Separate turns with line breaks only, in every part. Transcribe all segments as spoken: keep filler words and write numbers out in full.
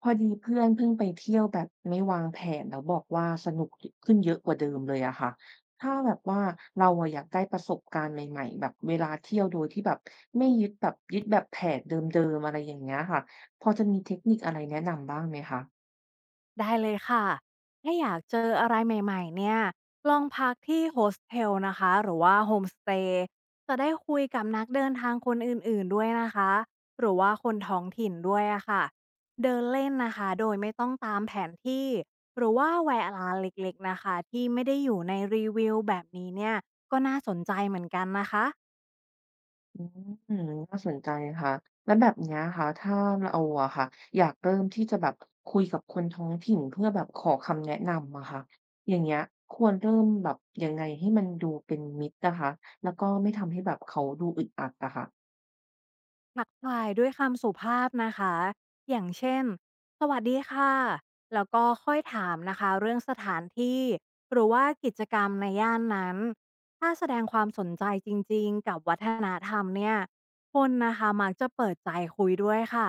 พอดีเพื่อนเพิ่งไปเที่ยวแบบไม่วางแผนแล้วบอกว่าสนุกขึ้นเยอะกว่าเดิมเลยอะค่ะถ้าแบบว่าเราอะอยากได้ประสบการณ์ใหม่ๆแบบเวลาเที่ยวโดยที่แบบไม่ยึดแบบยึดแบบแผนเดิมๆอะไรอย่างเงี้ยค่ะพอจะมีเทคนิคอะไรแนะนำบ้างไหมคะ
ได้เลยค่ะ ถ้าอยากเจออะไรใหม่ๆเนี่ย ลองพักที่โฮสเทลนะคะ หรือว่าโฮมสเตย์จะได้คุยกับนักเดินทางคนอื่นๆด้วยนะคะ หรือว่าคนท้องถิ่นด้วยอะค่ะเดินเล่นนะคะ โดยไม่ต้องตามแผนที่ หรือว่าแวะร้านเล็กๆนะคะ ที่ไม่ได้อยู่ในรีวิวแบบนี้เนี่ย ก็น่าสนใจเหมือนกันนะคะ
อืมน่าสนใจค่ะแล้วแบบเนี้ยค่ะถ้าเราอะค่ะอยากเริ่มที่จะแบบคุยกับคนท้องถิ่นเพื่อแบบขอคำแนะนำอะค่ะอย่างเงี้ยควรเริ่มแบบยังไงให้มันดูเป็นมิตรนะคะแล้วก็ไม่ทำให้แบบเขาดูอึดอัดอะค่ะ
ทักทายด้วยคำสุภาพนะคะอย่างเช่นสวัสดีค่ะแล้วก็ค่อยถามนะคะเรื่องสถานที่หรือว่ากิจกรรมในย่านนั้นถ้าแสดงความสนใจจริงๆกับวัฒนธรรมเนี่ยคนนะคะมักจะเปิดใจคุยด้วยค่ะ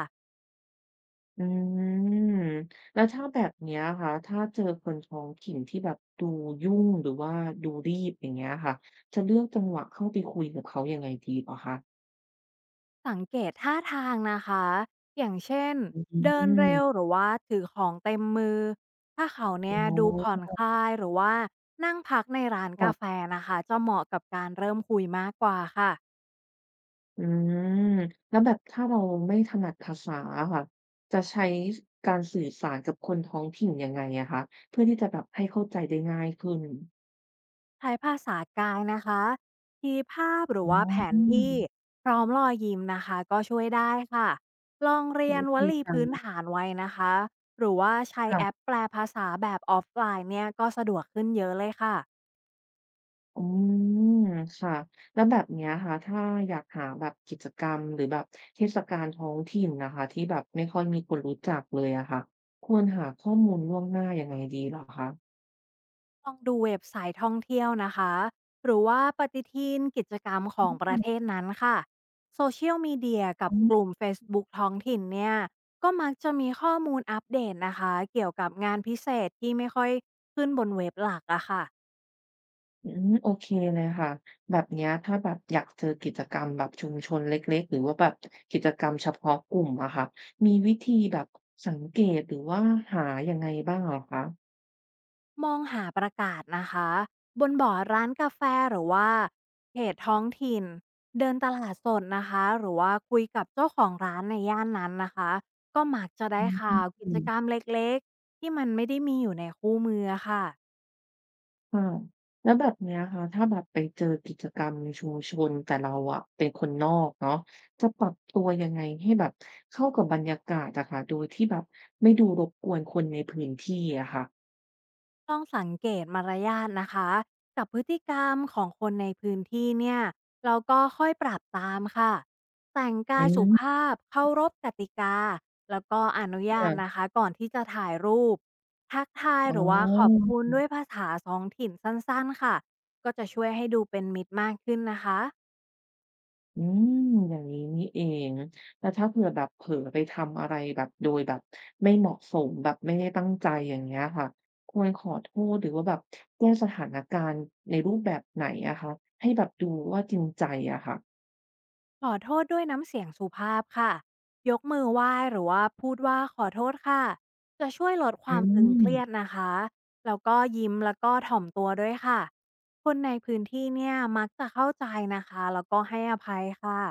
อืมแล้วถ้าแบบเนี้ยค่ะถ้าเจอคนท้องถิ่นที่แบบดูยุ่งหรือว่าดูรีบอย่างเงี้ยค่ะจะเลือกจังหวะเข้าไปคุยกับเขายังไงดีเหรอคะ
สังเกตท่าทางนะคะอย่างเช่น
อื
เดิน
ม
เร็วหรือว่าถือของเต็มมือถ้าเขา
อ๋
เนี่ยดูผ่อ
อ
นคลายหรือว่านั่งพักในร้านกาแฟนะคะจะเหมาะกับการเริ่มคุยมากกว่าค่ะ
อืมแล้วแบบถ้าเราไม่ถนัดภาษาอะค่ะจะใช้การสื่อสารกับคนท้องถิ่นยังไงอะคะเพื่อที่จะแบบให้เข้าใจได้ง่ายขึ้น
ใช้ภาษากายนะคะ ทีภาพหรื
อ๋
อว่าแผน
อ
ที่พร้อมรอยยิ้มนะคะก็ช่วยได้ค่ะ ลองเรี
โอ้
ยนว
ดี
ลี
จัง
พื้นฐานไว้นะคะ หรือว่าใช้แอป
ค่ะ
แปลภาษาแบบออฟไลน์เนี่ยก็สะดวกขึ้นเยอะเลยค่ะ
อืมค่ะแล้วแบบเนี้ยค่ะถ้าอยากหาแบบกิจกรรมหรือแบบเทศกาลท้องถิ่นนะคะที่แบบไม่ค่อยมีคนรู้จักเลยอะค่ะควรหาข้อมูลล่วงหน้ายังไงดีเหรอคะ
ลองดูเว็บไซต์ท่องเที่ยวนะคะหรือว่าปฏิทินกิจกรรมของป
อื
ระ
ม
เทศนั้นค่ะโซเชียลมีเดียกั
อ๋
บก
อ
ลุ่ม Facebook ท้องถิ่นเนี่ยก็มักจะมีข้อมูลอัปเดตนะคะเกี่ยวกับงานพิเศษที่ไม่ค่อยขึ้นบนเว็บหลักอะค่ะ
อืมโอเคเลยค่ะแบบเนี้ยถ้าแบบอยากเจอกิจกรรมแบบชุมชนเล็กๆหรือว่าแบบกิจกรรมเฉพาะกลุ่มอะค่ะมีวิธีแบบสังเกตหรือว่าหายังไงบ้างเหรอคะ
มองหาประกาศนะคะบนบอร์ดร้านกาแฟหรือว่าเขตท้องถิ่นเดินตลาดสดนะคะหรือว่าคุยกับเจ้าของร้านในย่านนั้นนะคะก็มักจะ
อื
ได้ข่าวกิจกรรม
ม
เล็กๆที่มันไม่ได้มีอยู่ในคู่มือค่ะ
ค่ะแล้วแบบเนี้ยค่ะถ้าแบบไปเจอกิจกรรมในชุมชนแต่เราอะเป็นคนนอกเนาะจะปรับตัวยังไงให้แบบเข้ากับบรรยากาศอะค่ะโดยที่แบบไม่ดูรบกวนคนในพื้นที่อะค่ะ
ต้องสังเกตมารยาทนะคะกับพฤติกรรมของคนในพื้นที่เนี่ยเราก็ค่อยปรับตามค่ะแต่ง
อื
กายสุ
ม
ภาพเคารพกติกาแล้วก็อนุญาต
ค่ะ
นะคะก่อนที่จะถ่ายรูปทักทาย
อ๋
ห
อ
รือว่าขอบคุณด้วยภาษาสองถิ่นสั้นๆค่ะก็จะช่วยให้ดูเป็นมิตรมากขึ้นนะคะ
อืมอย่างนี้นี่เองแล้วถ้าเผื่อแบบเผลอไปทำอะไรแบบโดยแบบไม่เหมาะสมแบบไม่ได้ตั้งใจอย่างเงี้ยค่ะควรขอโทษหรือว่าแบบแก้สถานการณ์ในรูปแบบไหนอะคะให้แบบดูว่าจริงใจอะค่ะ
ขอโทษด้วยน้ำเสียงสุภาพค่ะยกมือไหว้หรือว่าพูดว่าขอโทษค่ะจะช่วยลดค
อื
วามตึง
ม
เครียดนะคะแล้วก็ยิ้มแล้วก็ถ่อมตัวด้วยค่ะคนในพื้นที่เนี่ยมักจะเข้าใจนะคะแล้วก็ให้อภัยค่ะ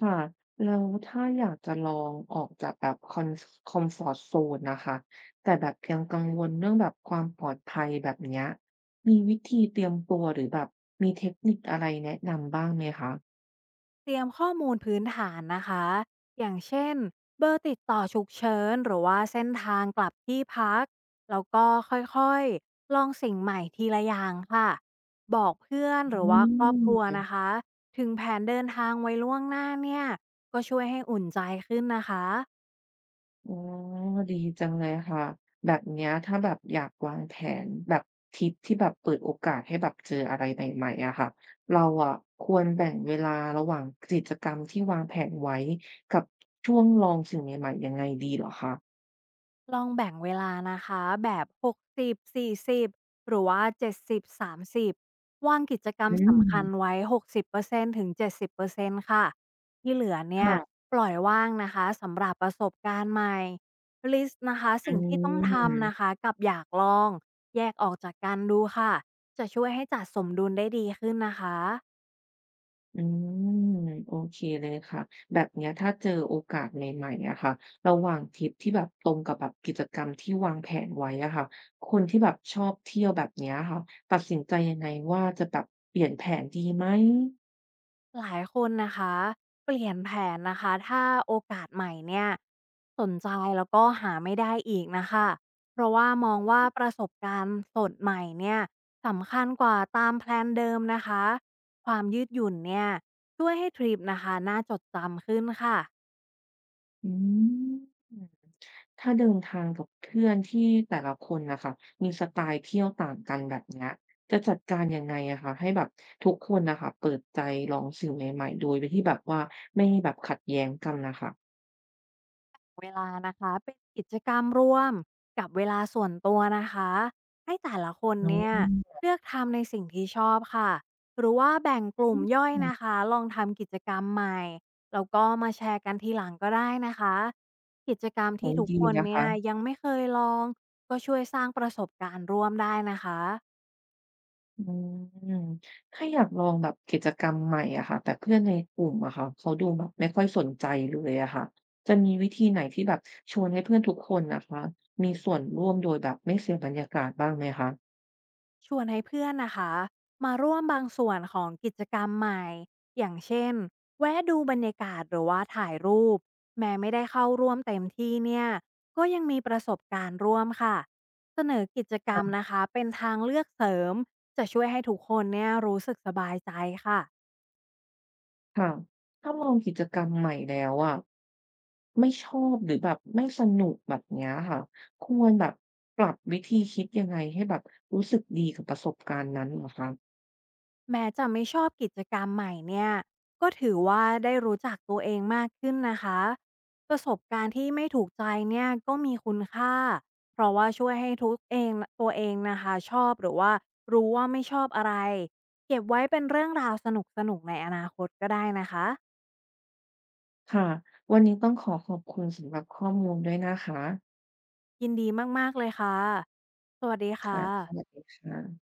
ค่ะแล้วถ้าอยากจะลองออกจากแบบคอนคอมฟอร์ตโซนนะคะแต่แบบยังกังวลเรื่องแบบความปลอดภัยแบบเนี้ยมีวิธีเตรียมตัวหรือแบบมีเทคนิคอะไรแนะนำบ้างไหมคะ
เตรียมข้อมูลพื้นฐานนะคะ อย่างเช่นเบอร์ติดต่อฉุกเฉินหรือว่าเส้นทางกลับที่พัก แล้วก็ค่อยๆ ลองสิ่งใหม่ทีละอย่างค่ะ บอกเพื่อนหรือ
อื
ว่าครอบครัว
ม
นะคะ ถึงแผนเดินทางไว้ล่วงหน้าเนี่ย ก็ช่วยให้อุ่นใจขึ้นนะคะ
อ๋อดีจังเลยค่ะแบบเนี้ยถ้าแบบอยากวางแผนแบบทริปที่แบบเปิดโอกาสให้แบบเจออะไรใหม่ๆอะค่ะเราอะควรแบ่งเวลาระหว่างกิจกรรมที่วางแผนไว้กับช่วงลองสิ่งใหม่ๆยังไงดีเหรอคะ
ลองแบ่งเวลานะคะแบบหกสิบ สี่สิบหรือว่าเจ็ดสิบ สามสิบวางกิจกรรม
อื
สำคัญ
ม
ไว้หกสิบเปอร์เซ็นต์ถึงเจ็ดสิบเปอร์เซ็นต์ค่ะที่เหลือเนี่ย
ค่ะ
ปล่อยว่างนะคะสำหรับประสบการณ์ใหม่ลิสต์นะคะ
อื
สิ่งที่ต้องทำนะ
ม
คะกับอยากลองแยกออกจากกันดูค่ะจะช่วยให้จัดสมดุลได้ดีขึ้นนะคะ
อืมโอเคเลยค่ะแบบเนี้ยถ้าเจอโอกาสใหม่ๆอะค่ะระหว่างทริปที่แบบตรงกับแบบกิจกรรมที่วางแผนไว้อะค่ะคนที่แบบชอบเที่ยวแบบเนี้ยค่ะตัดสินใจยังไงว่าจะแบบเปลี่ยนแผนดีไหม
หลายคนนะคะเปลี่ยนแผนนะคะถ้าโอกาสใหม่เนี่ยสนใจแล้วก็หาไม่ได้อีกนะคะเพราะว่ามองว่าประสบการณ์สดใหม่เนี่ยสำคัญกว่าตามแพลนเดิมนะคะความยืดหยุ่นเนี่ยช่วยให้ทริปนะคะน่าจดจำขึ้นค่ะ
อืมถ้าเดินทางกับเพื่อนที่แต่ละคนนะคะมีสไตล์เที่ยวต่างกันแบบเนี้ยจะจัดการยังไงอะคะให้แบบทุกคนนะคะเปิดใจลองสิ่งใหม่ๆโดยที่แบบว่าไม่แบบขัดแย้งกันนะคะ
เวลานะคะเป็นกิจกรรมร่วมกับเวลาส่วนตัวนะคะให้แต่ละคน
อ๋
เนี่ย
อ
เลือกทำในสิ่งที่ชอบค่ะหรือว่าแบ่งก
อื
ลุ่มย่อย
ม
นะคะลองทำกิจกรรมใหม่แล้วก็มาแชร์กันทีหลังก็ได้นะคะกิจกรรม
โอ้
ที่
โฮ
ทุก
ดี
คน
นะ
เนี่ย
คะ
ยังไม่เคยลองก็ช่วยสร้างประสบการณ์ร่วมได้นะคะ
อืมถ้าอยากลองแบบกิจกรรมใหม่อะค่ะแต่เพื่อนในกลุ่มอะค่ะเขาดูแบบไม่ค่อยสนใจเลยอะค่ะจะมีวิธีไหนที่แบบชวนให้เพื่อนทุกคนนะคะมีส่วนร่วมโดยแบบไม่เสียบรรยากาศบ้างไหมคะ
ชวนให้เพื่อนนะคะมาร่วมบางส่วนของกิจกรรมใหม่อย่างเช่นแวะดูบรรยากาศหรือว่าถ่ายรูปแม้ไม่ได้เข้าร่วมเต็มที่เนี่ยก็ยังมีประสบการณ์ร่วมค่ะเสนอกิจกรร
ค่ะ
มนะคะเป็นทางเลือกเสริมจะช่วยให้ทุกคนเนี่ยรู้สึกสบายใจค่ะ
ค่ะถ้าลองกิจกรรมใหม่แล้วอะไม่ชอบหรือแบบไม่สนุกแบบเนี้ยค่ะควรแบบปรับวิธีคิดยังไงให้แบบรู้สึกดีกับประสบการณ์นั้นเหรอคะ
แม้จะไม่ชอบกิจกรรมใหม่เนี่ยก็ถือว่าได้รู้จักตัวเองมากขึ้นนะคะประสบการณ์ที่ไม่ถูกใจเนี่ยก็มีคุณค่าเพราะว่าช่วยให้ทุกเองตัวเองนะคะชอบหรือว่ารู้ว่าไม่ชอบอะไรเก็บไว้เป็นเรื่องราวสนุกสนุกในอนาคตก็ได้นะคะ
ค่ะวันนี้ต้องขอขอบคุณสำหรับข้อมูลด้วยนะคะ
ยินดีมากๆเลยค่ะสวัสดีค่ะ
ค่ะสวัสดีค่ะ